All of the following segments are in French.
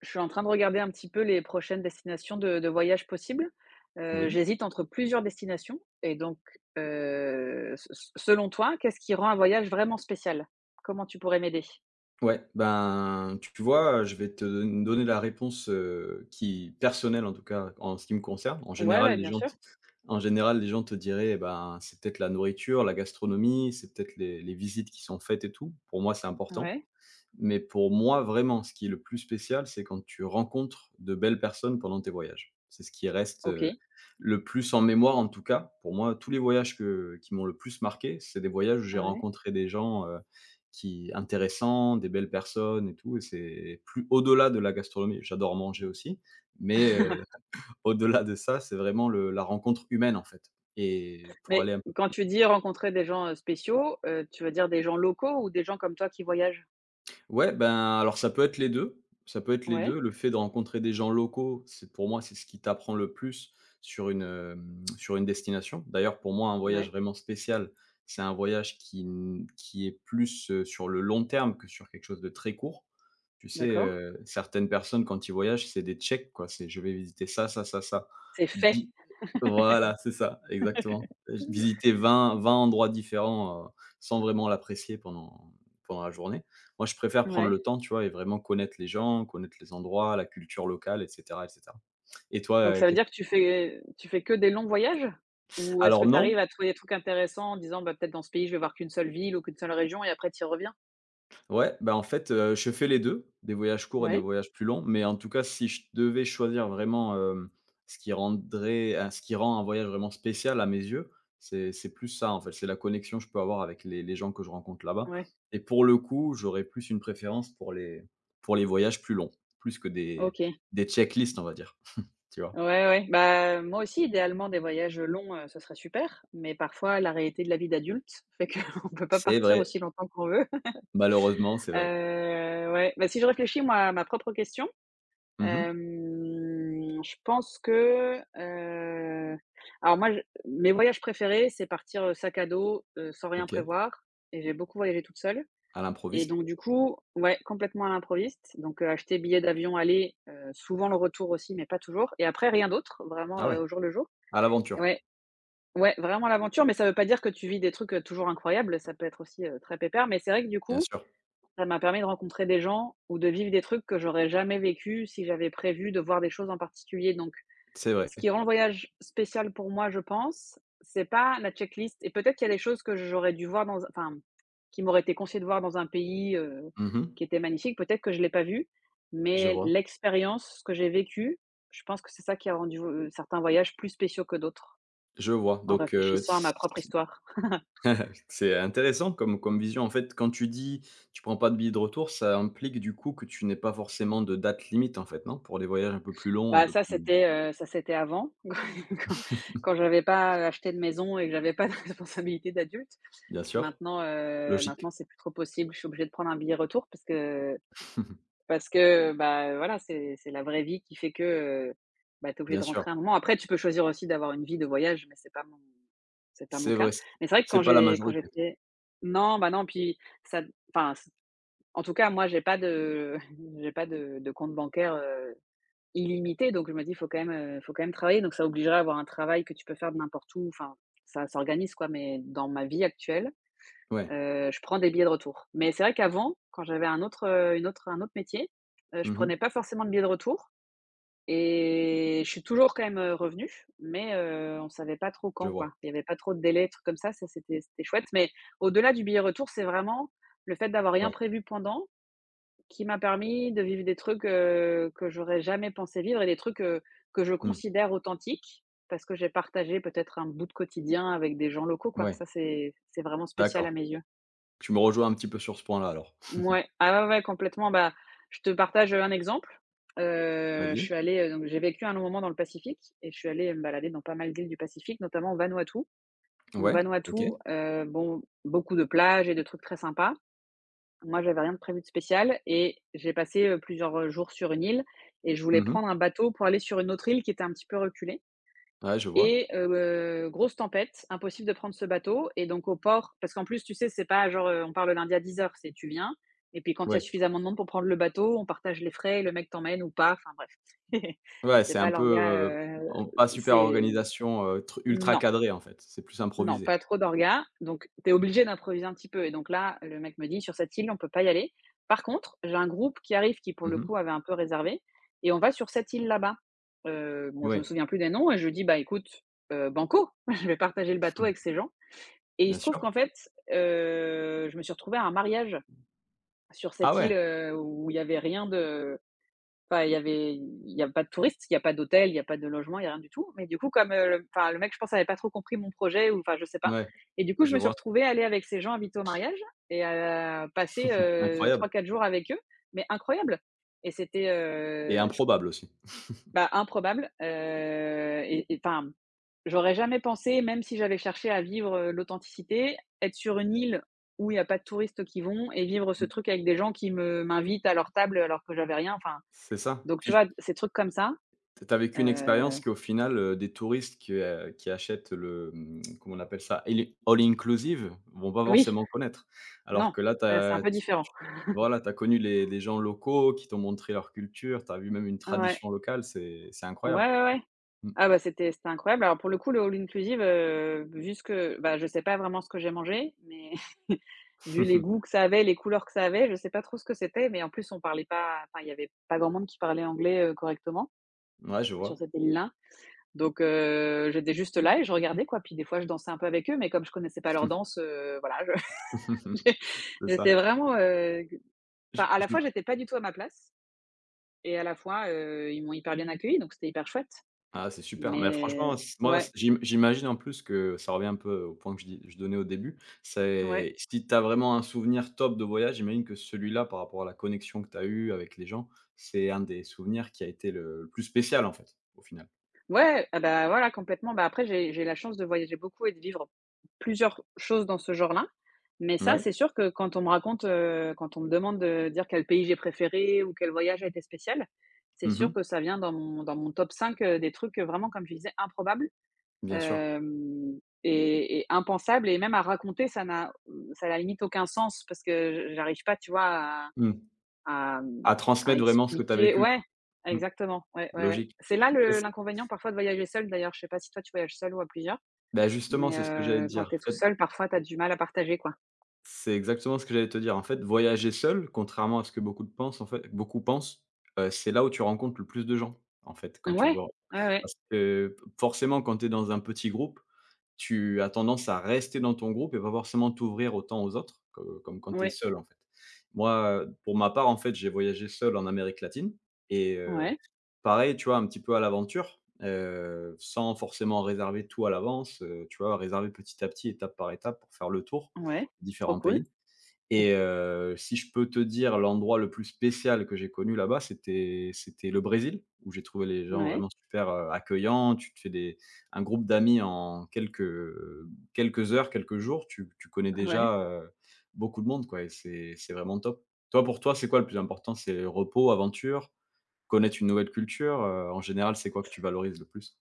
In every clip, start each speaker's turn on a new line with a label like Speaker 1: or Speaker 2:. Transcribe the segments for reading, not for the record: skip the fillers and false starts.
Speaker 1: Je suis en train de regarder un petit peu les prochaines destinations de voyage possibles.
Speaker 2: Oui,
Speaker 1: J'hésite entre plusieurs destinations et donc, se se selon toi, qu'est-ce qui rend un voyage vraiment spécial? Comment tu pourrais m'aider?
Speaker 2: ouais, ben, tu vois, je vais te donner la réponse, qui personnelle en tout cas, en ce qui me concerne. En
Speaker 1: Ouais,
Speaker 2: général,
Speaker 1: ouais,
Speaker 2: les
Speaker 1: bien
Speaker 2: gens
Speaker 1: sûr.
Speaker 2: t en général, les gens te diraient, eh ben, c'est peut-être la nourriture, la gastronomie, c'est peut-être les visites qui sont faites et tout. Pour moi, c'est important.
Speaker 1: Ouais,
Speaker 2: Mais pour moi, vraiment, ce qui est le plus spécial, c'est quand tu rencontres de belles personnes pendant tes voyages. C'est ce qui reste,
Speaker 1: OK.
Speaker 2: le plus en mémoire, en tout cas. Pour moi, tous les voyages que qui m'ont le plus marqué, c'est des voyages où j'ai
Speaker 1: Ouais.
Speaker 2: rencontré des gens, qui intéressants, des belles personnes et tout et c'est plus au-delà de la gastronomie. J'adore manger aussi, mais au-delà de ça, c'est vraiment le la rencontre humaine, en fait. Et pour
Speaker 1: Mais
Speaker 2: aller un
Speaker 1: quand tu dis rencontrer des gens spéciaux, tu veux dire des gens locaux ou des gens comme toi qui voyagent?
Speaker 2: Ouais, ben, alors ça peut être les 2. Ça peut être les
Speaker 1: Ouais,
Speaker 2: 2. Le fait de rencontrer des gens locaux, c'est pour moi, c'est ce qui t'apprend le plus sur une destination. D'ailleurs, pour moi, un voyage
Speaker 1: ouais,
Speaker 2: vraiment spécial, c'est un voyage qui est plus, sur le long terme que sur quelque chose de très court. Tu sais,
Speaker 1: d'accord.
Speaker 2: certaines personnes quand ils voyagent, c'est des checks quoi, c'est: «Je vais visiter ça, ça, ça, ça».
Speaker 1: C'est fait.
Speaker 2: Di Voilà, c'est ça, exactement. Visiter vingt endroits différents, sans vraiment l'apprécier pendant la journée. Moi, je préfère prendre
Speaker 1: Ouais.
Speaker 2: le temps, tu vois? Et vraiment connaître les gens, connaître les endroits, la culture locale et cetera et cetera. Et
Speaker 1: Donc
Speaker 2: toi,
Speaker 1: ça veut
Speaker 2: qu'est-ce
Speaker 1: dire que tu fais que des longs voyages? Ou est-ce que
Speaker 2: alors
Speaker 1: tu
Speaker 2: non,
Speaker 1: arrives à trouver des trucs intéressants en disant: «Bah, peut-être dans ce pays, je vais voir qu'une seule ville ou qu'une seule région» et après tu y reviens?
Speaker 2: ouais, bah, en fait, je fais les 2, des voyages courts et des
Speaker 1: Ouais,
Speaker 2: voyages plus longs, mais en tout cas, si je devais choisir vraiment, ce qui rend un voyage vraiment spécial à mes yeux, c'est plus ça, en fait. C'est la connexion que je peux avoir avec les gens que je rencontre là-bas
Speaker 1: ouais,
Speaker 2: et pour le coup, j'aurais plus une préférence pour les voyages plus longs, plus que des
Speaker 1: OK.
Speaker 2: des checklists, on va dire, tu vois?
Speaker 1: Ouais, ouais. Bah, moi aussi, idéalement, des voyages longs, ce serait super, mais parfois la réalité de la vie d'adulte fait qu'on ne peut pas
Speaker 2: C'est
Speaker 1: partir
Speaker 2: vrai.
Speaker 1: aussi longtemps qu'on veut.
Speaker 2: Malheureusement, c'est vrai.
Speaker 1: Ouais, bah, si je réfléchis moi à ma propre question.
Speaker 2: Mmh mh.
Speaker 1: Je pense que, heu, alors moi, je mes voyages préférés, c'est partir, sac à dos, sans rien
Speaker 2: OK.
Speaker 1: prévoir, et j'ai beaucoup voyagé toute seule.
Speaker 2: À
Speaker 1: Et
Speaker 2: l'improviste.
Speaker 1: donc du coup, ouais, complètement à l'improviste, donc acheter billet d'avion aller, souvent le retour aussi, mais pas toujours, et après rien d'autre, vraiment,
Speaker 2: Ah ouais,
Speaker 1: au jour le jour.
Speaker 2: à l'aventure,
Speaker 1: Ouais, ouais, vraiment l'aventure, mais ça veut pas dire que tu vis des trucs toujours incroyables, ça peut être aussi très pépère, mais c'est vrai que du
Speaker 2: bien
Speaker 1: coup,
Speaker 2: sûr.
Speaker 1: ça m'a permis de rencontrer des gens ou de vivre des trucs que j'aurais jamais vécu si j'avais prévu de voir des choses en particulier. Donc
Speaker 2: C'est vrai.
Speaker 1: ce qui rend le voyage spécial pour moi, je pense, c'est pas la checklist, et peut-être qu'il y a des choses que j'aurais dû voir dans enfin, qui m'auraient été conseillées de voir dans un pays
Speaker 2: Mmh mh.
Speaker 1: qui était magnifique, peut-être que je l'ai pas vu,
Speaker 2: Je
Speaker 1: mais
Speaker 2: vois,
Speaker 1: l'expérience, ce que j'ai vécu, je pense que c'est ça qui a rendu certains voyages plus spéciaux que d'autres,
Speaker 2: je vois.
Speaker 1: en
Speaker 2: Donc,
Speaker 1: réfléchissant à ma propre histoire.
Speaker 2: c'est intéressant comme vision. En fait, quand tu dis: «Tu prends pas de billets de retour», ça implique du coup que tu n'aies pas forcément de date limite en fait, non? Pour les voyages un peu plus longs, un
Speaker 1: Bah,
Speaker 2: peu
Speaker 1: ça,
Speaker 2: plus.
Speaker 1: c'était ça, c'était avant, quand quand j'avais pas acheté de maison et que j'avais pas de responsabilité d'adulte.
Speaker 2: Bien sûr,
Speaker 1: Maintenant,
Speaker 2: logique.
Speaker 1: c'est plus trop possible. Je suis obligée de prendre un billet retour parce que voilà, c'est la vraie vie qui fait que, heu, bah, tu es obligée
Speaker 2: Bien
Speaker 1: de
Speaker 2: sûr,
Speaker 1: rentrer à un moment. Après, tu peux choisir aussi d'avoir une vie de voyage, mais c'est pas mon
Speaker 2: c'est
Speaker 1: cas.
Speaker 2: vrai, c
Speaker 1: Mais c'est vrai que
Speaker 2: c'est pas la
Speaker 1: quand
Speaker 2: majorité.
Speaker 1: j'étais non, bah, non, puis ça enfin, en tout cas, moi, j'ai pas de j'ai pas de compte bancaire, illimité, donc je me dis: «Faut quand même, travailler», donc ça obligerait à avoir un travail que tu peux faire de n'importe où, enfin, ça s'organise quoi, mais dans ma vie actuelle,
Speaker 2: Ouais.
Speaker 1: je prends des billets de retour. Mais c'est vrai qu'avant, quand j'avais un autre métier, je
Speaker 2: Mmh mh.
Speaker 1: prenais pas forcément de billets de retour, et je suis toujours quand même revenue, mais on savait pas trop
Speaker 2: Je
Speaker 1: quand,
Speaker 2: vois.
Speaker 1: quoi. Il y avait pas trop de délais, trucs comme ça, c'était chouette, mais au-delà du billet retour, c'est vraiment le fait d'avoir rien
Speaker 2: Ouais.
Speaker 1: prévu pendant qui m'a permis de vivre des trucs que j'aurais jamais pensé vivre, et des trucs que je
Speaker 2: Mmh.
Speaker 1: considère authentiques parce que j'ai partagé peut-être un bout de quotidien avec des gens locaux, quoi.
Speaker 2: Ouais.
Speaker 1: Ça, c'est vraiment spécial à
Speaker 2: D'accord.
Speaker 1: mes yeux.
Speaker 2: Tu me rejoins un petit peu sur ce point-là alors.
Speaker 1: Ouais. Ah ouais, ouais, complètement. Bah, je te partage un exemple. Je
Speaker 2: Vas-y.
Speaker 1: suis allée, donc j'ai vécu un long moment dans le Pacifique et je suis allée me balader dans pas mal d'îles du Pacifique, notamment Vanuatu. Donc
Speaker 2: Ouais,
Speaker 1: Vanuatu,
Speaker 2: OK.
Speaker 1: bon, beaucoup de plages et de trucs très sympas. Moi, j'avais rien de prévu de spécial et j'ai passé, plusieurs jours sur une île, et je voulais
Speaker 2: Mmh.
Speaker 1: prendre un bateau pour aller sur une autre île qui était un petit peu reculée
Speaker 2: Ouais, je vois.
Speaker 1: et grosse tempête, impossible de prendre ce bateau. Et donc au port, parce qu'en plus, tu sais, c'est pas genre, on part le lundi à 10 heures, c'est tu viens et puis quand il y a
Speaker 2: Ouais.
Speaker 1: suffisamment de monde pour prendre le bateau, on partage les frais, le mec t'emmène ou pas, enfin bref.
Speaker 2: Ouais,
Speaker 1: C'est
Speaker 2: c'est
Speaker 1: pas
Speaker 2: un peu,
Speaker 1: l'orga,
Speaker 2: heu, en pas super
Speaker 1: c'est
Speaker 2: organisation, tr ultra
Speaker 1: non.
Speaker 2: cadrée, en fait. C'est plus
Speaker 1: Non,
Speaker 2: improvisé.
Speaker 1: pas trop d'orgas, donc tu es obligé d'improviser un petit peu. Et donc là, le mec me dit: «Sur cette île, on peut pas y aller. Par contre, j'ai un groupe qui arrive qui pour le
Speaker 2: Mmh.
Speaker 1: coup avait un peu réservé, et on va sur cette île là-bas». Bon, je me
Speaker 2: Oui.
Speaker 1: souviens plus des noms, et je lui dis: «Bah écoute, banco, je vais partager le bateau
Speaker 2: Mmh,
Speaker 1: avec ces gens», et il
Speaker 2: bien
Speaker 1: se trouve
Speaker 2: sûr.
Speaker 1: qu'en fait, je me suis retrouvée à un mariage sur
Speaker 2: Ah
Speaker 1: cette île,
Speaker 2: ouais?
Speaker 1: où il y avait rien de enfin, il y a pas de touristes, il y a pas d'hôtel, il y a pas de logement, il y a rien du tout. Mais du coup, comme, le enfin, le mec, je pense, avait pas trop compris mon projet, ou enfin, je sais pas.
Speaker 2: Ouais,
Speaker 1: Et du coup, je
Speaker 2: je
Speaker 1: me suis
Speaker 2: vois.
Speaker 1: retrouvée à aller avec ces gens invités au mariage et à passer,
Speaker 2: Incroyable
Speaker 1: 3-4 jours avec eux, mais incroyable. Et c'était,
Speaker 2: et
Speaker 1: j
Speaker 2: improbable aussi.
Speaker 1: bah, improbable, et enfin, j'aurais jamais pensé, même si j'avais cherché à vivre, l'authenticité, être sur une île où il y a pas de touristes qui vont, et vivre ce
Speaker 2: Mmh.
Speaker 1: truc avec des gens qui me m'invitent à leur table alors que j'avais rien, enfin.
Speaker 2: C'est ça.
Speaker 1: Donc tu
Speaker 2: Puis
Speaker 1: vois, ces trucs comme ça,
Speaker 2: tu as vécu une
Speaker 1: heu
Speaker 2: expérience qu'au final, des touristes qui achètent le, comment on appelle ça? All inclusive vont pas
Speaker 1: oui,
Speaker 2: forcément connaître. Alors
Speaker 1: non,
Speaker 2: que là,
Speaker 1: c'est un
Speaker 2: t'as.
Speaker 1: peu différent.
Speaker 2: Voilà, tu as connu les gens locaux qui t'ont montré leur culture, tu as vu même une
Speaker 1: Ouais.
Speaker 2: tradition locale, c'est incroyable.
Speaker 1: Ouais, ouais, ouais.
Speaker 2: Mmh.
Speaker 1: Ah bah, c'était incroyable. Alors pour le coup, le all inclusive, vu ce que bah, je sais pas vraiment ce que j'ai mangé, mais vu les goûts que ça avait, les couleurs que ça avait, je sais pas trop ce que c'était, mais en plus on parlait pas, enfin il y avait pas grand monde qui parlait anglais, correctement
Speaker 2: Ouais, je
Speaker 1: sur
Speaker 2: vois.
Speaker 1: cette île-là. Donc j'étais juste là et je regardais quoi, puis des fois je dansais un peu avec eux, mais comme je connaissais pas leur danse, voilà, je j'é
Speaker 2: C'est ça.
Speaker 1: j'étais vraiment,
Speaker 2: Je
Speaker 1: enfin à la
Speaker 2: je
Speaker 1: fois j'étais pas du tout à ma place, et à la fois, ils m'ont hyper bien accueillie, donc c'était hyper chouette.
Speaker 2: c'est super, mais
Speaker 1: Mais
Speaker 2: franchement, c moi,
Speaker 1: ouais,
Speaker 2: c j'im j'imagine en plus que ça revient un peu au point que je donnais au début,
Speaker 1: ouais.
Speaker 2: c'est si tu as vraiment un souvenir top de voyage, j'imagine que celui-là, par rapport à la connexion que tu as eue avec les gens, c'est un des souvenirs qui a été le plus spécial, en fait, au final.
Speaker 1: Ouais, ah bah, voilà, complètement. Bah, après j'ai la chance de voyager beaucoup et de vivre plusieurs choses dans ce genre-là. Mais ça,
Speaker 2: Ouais.
Speaker 1: c'est sûr que quand on me demande de dire quel pays j'ai préféré ou quel voyage a été spécial, c'est sûr
Speaker 2: Mmh.
Speaker 1: que ça vient dans mon top cinq, des trucs, vraiment comme je disais, improbables,
Speaker 2: Bien sûr.
Speaker 1: hem et impensables, et même à raconter, ça n'a limite aucun sens parce que je j'arrive pas, tu vois,
Speaker 2: Mmh.
Speaker 1: à mmh,
Speaker 2: À
Speaker 1: à
Speaker 2: transmettre vraiment ce que tu as
Speaker 1: expliquer,
Speaker 2: vécu,
Speaker 1: ouais,
Speaker 2: quoi. Mmh.
Speaker 1: exactement, ouais, ouais, ouais.
Speaker 2: Logique.
Speaker 1: C'est là
Speaker 2: Ça
Speaker 1: le
Speaker 2: c'est
Speaker 1: l'inconvénient parfois de voyager seul, d'ailleurs, je sais pas si toi tu voyages seul ou à plusieurs,
Speaker 2: bah, justement,
Speaker 1: mais
Speaker 2: c'est ce que j'allais te
Speaker 1: quand
Speaker 2: dire.
Speaker 1: tu es tout
Speaker 2: En fait,
Speaker 1: seul, parfois tu as du mal à partager, quoi.
Speaker 2: c'est exactement ce que j'allais te dire. En fait, voyager seul, contrairement à ce que beaucoup de pensent, en fait beaucoup pensent, c'est là où tu rencontres le plus de gens, en fait,
Speaker 1: Ouais,
Speaker 2: quand tu
Speaker 1: ouais,
Speaker 2: vois
Speaker 1: ouais,
Speaker 2: parce que, forcément, quand tu es dans un petit groupe tu as tendance à rester dans ton groupe et pas forcément t'ouvrir autant aux autres, que comme quand tu es
Speaker 1: ouais,
Speaker 2: seul, en fait. Moi, pour ma part, en fait, j'ai voyagé seul en Amérique latine et
Speaker 1: ouais,
Speaker 2: pareil, tu vois, un petit peu à l'aventure, sans forcément réserver tout à l'avance, tu vois, réserver petit à petit, étape par étape pour faire le tour,
Speaker 1: ouais,
Speaker 2: des
Speaker 1: trop
Speaker 2: différents
Speaker 1: cool.
Speaker 2: pays.
Speaker 1: Ouais,
Speaker 2: Et si je peux te dire l'endroit le plus spécial que j'ai connu là-bas, c'était le Brésil, où j'ai trouvé les gens
Speaker 1: ouais.
Speaker 2: vraiment super, accueillants. Tu te fais des un groupe d'amis en quelques heures, quelques jours, tu connais
Speaker 1: Ouais.
Speaker 2: déjà, beaucoup de monde quoi et c'est vraiment top. Toi, pour toi, c'est quoi le plus important? C'est repos, aventure, connaître une nouvelle culture, en général, c'est quoi que tu valorises le plus?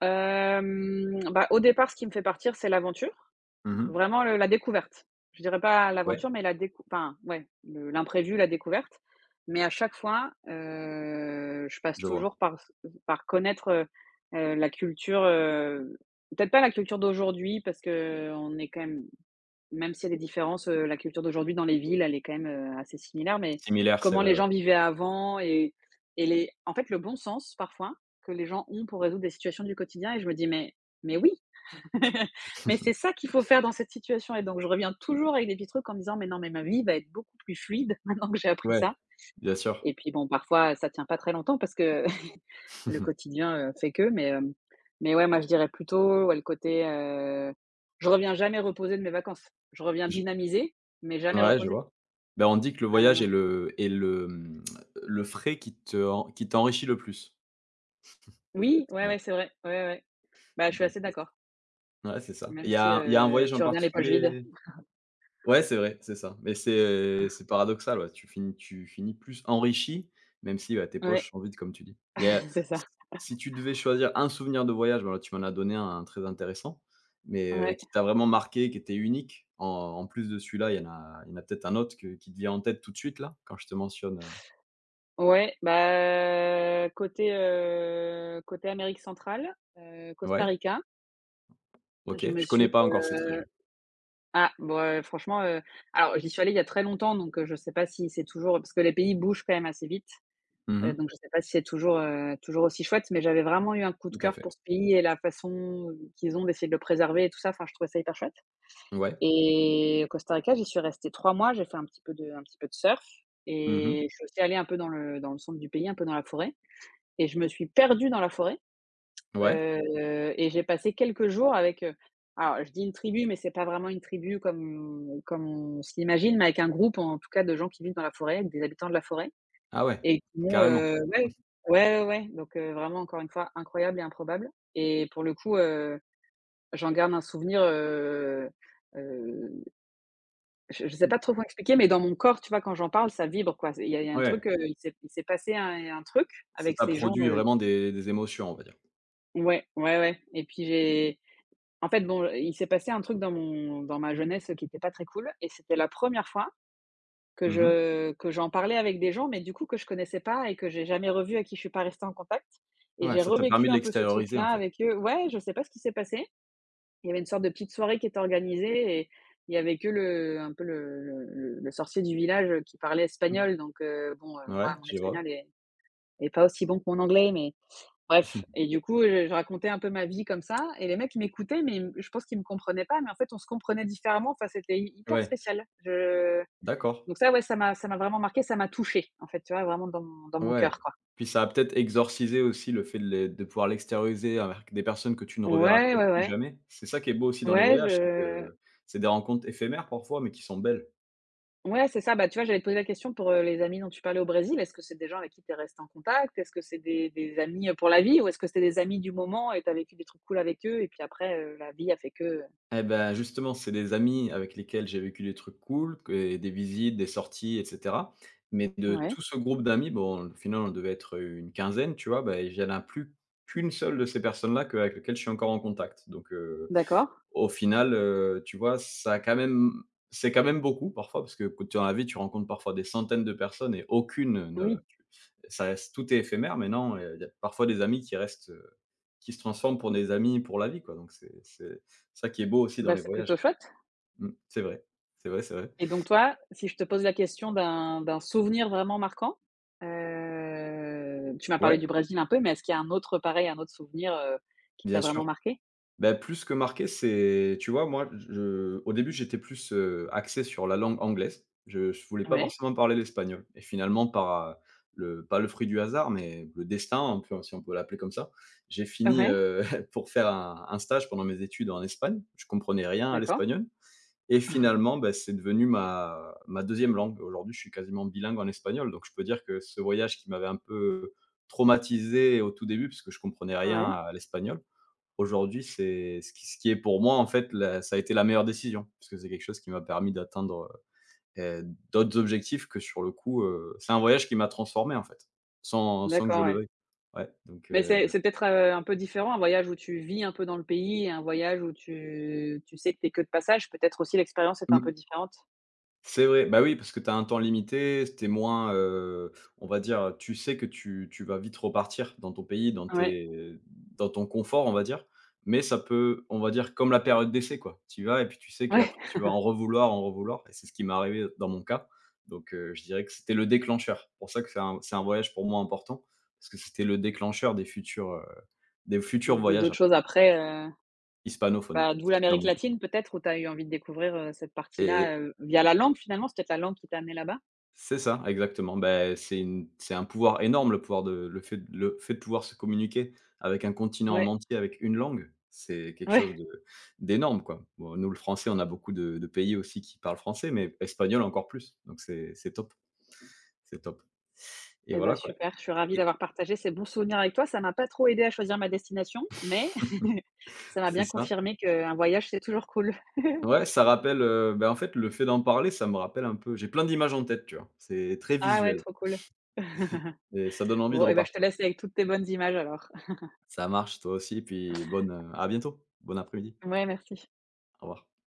Speaker 1: Bah, au départ, ce qui me fait partir, c'est l'aventure.
Speaker 2: Mmh.
Speaker 1: Vraiment le la découverte. Je dirais pas
Speaker 2: Ouais,
Speaker 1: l'aventure, mais la décou enfin, ouais, le l'imprévu, la découverte. Mais à chaque fois, je passe
Speaker 2: je vois.
Speaker 1: toujours par s par connaître, la culture, peut-être pas la culture d'aujourd'hui parce qu'on est quand même, même s'il y a des différences, la culture d'aujourd'hui dans les villes, elle est quand même, assez similaire, mais
Speaker 2: Similaire, c'est
Speaker 1: comment
Speaker 2: vrai,
Speaker 1: les
Speaker 2: ouais.
Speaker 1: gens vivaient avant, et les en fait, le bon sens parfois que les gens ont pour résoudre des situations du quotidien, et je me dis: «Mais oui! mais c'est ça qu'il faut faire dans cette situation», et donc je reviens toujours avec des petits trucs en me disant: «Mais non, mais ma vie va être beaucoup plus fluide maintenant que j'ai appris ça»,
Speaker 2: Ouais, bien sûr.
Speaker 1: et puis bon, parfois, ça tient pas très longtemps parce que le quotidien, fait que. Mais ouais, moi, je dirais plutôt, ouais, le côté, je reviens jamais reposer de mes vacances. Je reviens
Speaker 2: J
Speaker 1: dynamisée, mais jamais
Speaker 2: Ouais, je
Speaker 1: reposer.
Speaker 2: vois. Ben on dit que le
Speaker 1: Ah non,
Speaker 2: voyage
Speaker 1: non.
Speaker 2: est le frais qui te ren qui t'enrichit le plus,
Speaker 1: Oui,
Speaker 2: au
Speaker 1: ouais, ouais,
Speaker 2: final.
Speaker 1: c'est vrai. Ouais, ouais, Ouais. Bah, je suis
Speaker 2: Donc,
Speaker 1: assez d'accord,
Speaker 2: ouais, c'est ça. Il
Speaker 1: même
Speaker 2: y
Speaker 1: si,
Speaker 2: a il y a un voyage en
Speaker 1: tu reviens les poches vides.
Speaker 2: particulier ouais, c'est vrai, c'est ça. Mais c'est paradoxal, ouais, tu finis plus enrichi, même si, bah, tes
Speaker 1: Ouais,
Speaker 2: poches sont vides, comme tu dis. Il y a
Speaker 1: c'est ça.
Speaker 2: si si tu devais choisir un souvenir de voyage, bon, là, tu m'en as donné un très intéressant, mais
Speaker 1: Ouais.
Speaker 2: qui t'a vraiment marqué, qui était unique, en plus de celui-là, il y en a peut-être un autre que qui te vient en tête tout de suite, là, quand je te mentionne,
Speaker 1: Ouais, bah, côté, côté Amérique centrale, Costa
Speaker 2: ouais?
Speaker 1: Rica,
Speaker 2: OK,
Speaker 1: je me
Speaker 2: je
Speaker 1: suis,
Speaker 2: connais pas encore cette
Speaker 1: heu
Speaker 2: région.
Speaker 1: ah, bon, franchement, alors j'y suis allée il y a très longtemps donc je sais pas si c'est toujours parce que les pays bougent quand même assez vite,
Speaker 2: Mmh.
Speaker 1: donc je sais pas si c'est toujours, toujours aussi chouette, mais j'avais vraiment eu un coup de
Speaker 2: Tout à
Speaker 1: cœur pour
Speaker 2: fait.
Speaker 1: ce pays et la façon qu'ils ont d'essayer de le préserver et tout ça, enfin je trouvais ça hyper chouette
Speaker 2: Ouais.
Speaker 1: et au Costa Rica, j'y suis restée 3 mois, j'ai fait un petit peu de surf
Speaker 2: Mmh.
Speaker 1: et je suis aussi allée un peu dans le centre du pays, un peu dans la forêt et je me suis perdue dans la forêt,
Speaker 2: Ouais.
Speaker 1: et j'ai passé quelques jours avec, alors je dis une tribu, mais c'est pas vraiment une tribu comme on se l'imagine, mais avec un groupe, en tout cas, de gens qui vivent dans la forêt, avec des habitants de la forêt
Speaker 2: Ah ouais,
Speaker 1: et qui m'ont,
Speaker 2: carrément.
Speaker 1: heu Ouais, ouais, ouais, ouais, donc vraiment, encore une fois, incroyable et improbable et pour le coup, j'en garde un souvenir, heu, je sais
Speaker 2: Mmh,
Speaker 1: pas trop comment expliquer, mais dans mon corps, tu vois, quand j'en parle, ça vibre, quoi. Il y a un truc,
Speaker 2: ouais,
Speaker 1: il s'est passé un truc
Speaker 2: ça
Speaker 1: avec
Speaker 2: t'a
Speaker 1: ces gens,
Speaker 2: produit vraiment des émotions, on va dire.
Speaker 1: ouais, ouais, ouais et puis j'ai En fait, bon, il s'est passé un truc dans mon dans ma jeunesse qui était pas très cool et c'était la première fois que
Speaker 2: Mmh.
Speaker 1: je que j'en parlais avec des gens, mais du coup que je connaissais pas et que j'ai jamais revu à qui je suis pas restée en contact et
Speaker 2: Ouais,
Speaker 1: j'ai
Speaker 2: ça t'a permis
Speaker 1: revécu
Speaker 2: de
Speaker 1: un peu ce
Speaker 2: l'extérioriser, en
Speaker 1: truc-là
Speaker 2: fait.
Speaker 1: avec eux. Ouais, je sais pas ce qui s'est passé. Il y avait une sorte de petite soirée qui était organisée et il y avait que le un peu le sorcier du village, qui parlait
Speaker 2: Mmh.
Speaker 1: espagnol donc bon, moi,
Speaker 2: Ouais,
Speaker 1: mon
Speaker 2: je
Speaker 1: espagnol
Speaker 2: vois.
Speaker 1: est pas aussi bon que mon anglais, mais bref. Et du coup, je racontais un peu ma vie comme ça et les mecs, ils m'écoutaient mais je pense qu'ils me comprenaient pas mais en fait, on se comprenait différemment. Enfin, c'était hy hyper
Speaker 2: Ouais,
Speaker 1: spécial. Je
Speaker 2: d'accord.
Speaker 1: donc ça, ouais, ça m'a vraiment marqué, ça m'a touchée, en fait, tu vois? Vraiment dans mon
Speaker 2: Ouais.
Speaker 1: cœur, quoi.
Speaker 2: Puis ça a peut-être exorcisé aussi le fait de pouvoir l'extérioriser avec des personnes que tu ne reverras
Speaker 1: Ouais, ouais,
Speaker 2: peut-être plus
Speaker 1: ouais.
Speaker 2: jamais. C'est ça qui est beau aussi dans les
Speaker 1: Ouais,
Speaker 2: voyages, c'est
Speaker 1: je
Speaker 2: que c'est des rencontres éphémères parfois, mais qui sont belles.
Speaker 1: ouais, c'est ça. Bah, tu vois, j'allais te poser la question pour, les amis dont tu parlais au Brésil. Est-ce que c'est des gens avec qui tu es restée en contact? Est-ce que c'est des amis, pour la vie ou est-ce que c'était des amis du moment et tu as vécu des trucs cool avec eux et puis après, la vie a fait que.
Speaker 2: Eh ben justement, c'est des amis avec lesquels j'ai vécu des trucs cool que et des visites, des sorties et cetera. Mais de
Speaker 1: Ouais,
Speaker 2: tout ce groupe d'amis, bon, au final, on devait être une quinzaine, tu vois? Bah, il n'y en a plus qu'une seule de ces personnes-là qu'avec lesquelles je suis encore en contact. Donc,
Speaker 1: d'accord.
Speaker 2: au final, tu vois, ça a quand même c'est quand même beaucoup parfois parce que quand tu es dans la vie, tu rencontres parfois des centaines de personnes et aucune ne
Speaker 1: Oui,
Speaker 2: tu ça reste tout est éphémère mais non, il y a parfois des amis qui restent, qui se transforment pour des amis pour la vie, quoi, donc c'est ça qui est beau aussi dans
Speaker 1: bah,
Speaker 2: les
Speaker 1: c'est plutôt
Speaker 2: voyages.
Speaker 1: chouette.
Speaker 2: Mmh, c'est vrai, c'est vrai, c'est vrai.
Speaker 1: Et donc toi, si je te pose la question d'un souvenir vraiment marquant, tu m'as
Speaker 2: Ouais,
Speaker 1: parlé du Brésil un peu, mais est-ce qu'il y a un autre pareil, un autre souvenir, qui t'a
Speaker 2: bien sûr.
Speaker 1: vraiment marqué?
Speaker 2: Bah, plus que marqué, c'est tu vois, moi, je au début, j'étais plus, axé sur la langue anglaise. Je voulais pas
Speaker 1: Ouais,
Speaker 2: forcément parler l'espagnol et finalement par, le pas le fruit du hasard, mais le destin, on peut si on peut l'appeler comme ça, j'ai fini,
Speaker 1: ouais,
Speaker 2: pour faire un stage pendant mes études en Espagne. Je comprenais rien à
Speaker 1: d'accord,
Speaker 2: l'espagnol et finalement, bah, c'est devenu ma deuxième langue. Aujourd'hui, je suis quasiment bilingue en espagnol, donc je peux dire que ce voyage qui m'avait un peu traumatisé au tout début, parce que je comprenais rien
Speaker 1: ouais,
Speaker 2: à l'espagnol. Aujourd'hui, c'est ce qui est pour moi, en fait, la ça a été la meilleure décision, parce que c'est quelque chose qui m'a permis d'atteindre, heu, d'autres objectifs que sur le coup, c'est un voyage qui m'a transformé, en fait, sans que je
Speaker 1: d'accord,
Speaker 2: le
Speaker 1: ouais.
Speaker 2: veuille. Ouais, donc,
Speaker 1: Mais c'est peut-être, un peu différent, un voyage où tu vis un peu dans le pays et un voyage où tu sais que tu es que de passage, peut-être aussi l'expérience est un peu
Speaker 2: mmh.
Speaker 1: différente?
Speaker 2: C'est vrai, bah, oui, parce que tu as un temps limité, s moins, on va dire, tu sais que tu vas vite repartir dans ton pays, dans
Speaker 1: Ouais,
Speaker 2: tes dans ton confort, on va dire, mais ça peut, on va dire, comme la période d'essai, quoi. Tu y vas et puis tu sais
Speaker 1: ouais,
Speaker 2: qu'après tu vas en revouloir et c'est ce qui m'est arrivé dans mon cas, donc je dirais que c'était le déclencheur. Pour ça que c'est un voyage pour moi important, parce que c'était le déclencheur des futurs
Speaker 1: de
Speaker 2: voyages
Speaker 1: d'autres
Speaker 2: après,
Speaker 1: choses après,
Speaker 2: hispanophones,
Speaker 1: bah, d'où
Speaker 2: dans
Speaker 1: l'Amérique
Speaker 2: mon cas.
Speaker 1: latine peut-être, où tu as eu envie de découvrir, cette partie-là, via la langue finalement, c'est peut-être la langue qui t'a amené là-bas?
Speaker 2: C'est ça, exactement. Ben c'est un pouvoir énorme le pouvoir de le fait de le fait de pouvoir se communiquer avec un continent en
Speaker 1: Ouais.
Speaker 2: entier, avec une langue, c'est quelque chose
Speaker 1: Ouais,
Speaker 2: de d'énorme, quoi. Bon, nous, le français, on a beaucoup de pays aussi qui parlent français, mais espagnol encore plus, donc c'est top, c'est top et
Speaker 1: et ben
Speaker 2: voilà, quoi
Speaker 1: super, je suis ravie
Speaker 2: et
Speaker 1: d'avoir partagé ces bons souvenirs avec toi. Ça m'a pas trop aidé à choisir ma destination, mais ça m'a bien
Speaker 2: c'est ça.
Speaker 1: confirmé qu'un voyage, c'est toujours cool.
Speaker 2: Ouais, ça rappelle, bah, en fait, le fait d'en parler, ça me rappelle un peu j'ai plein d'images en tête, tu vois? C'est très
Speaker 1: Ah ouais,
Speaker 2: visuel
Speaker 1: trop cool.
Speaker 2: et ça donne envie de
Speaker 1: Bon, et ben je te
Speaker 2: repartir.
Speaker 1: laisse avec toutes tes bonnes images alors.
Speaker 2: Ça marche, toi aussi, puis à bientôt. Bon après-midi.
Speaker 1: Ouais, merci.
Speaker 2: Au revoir.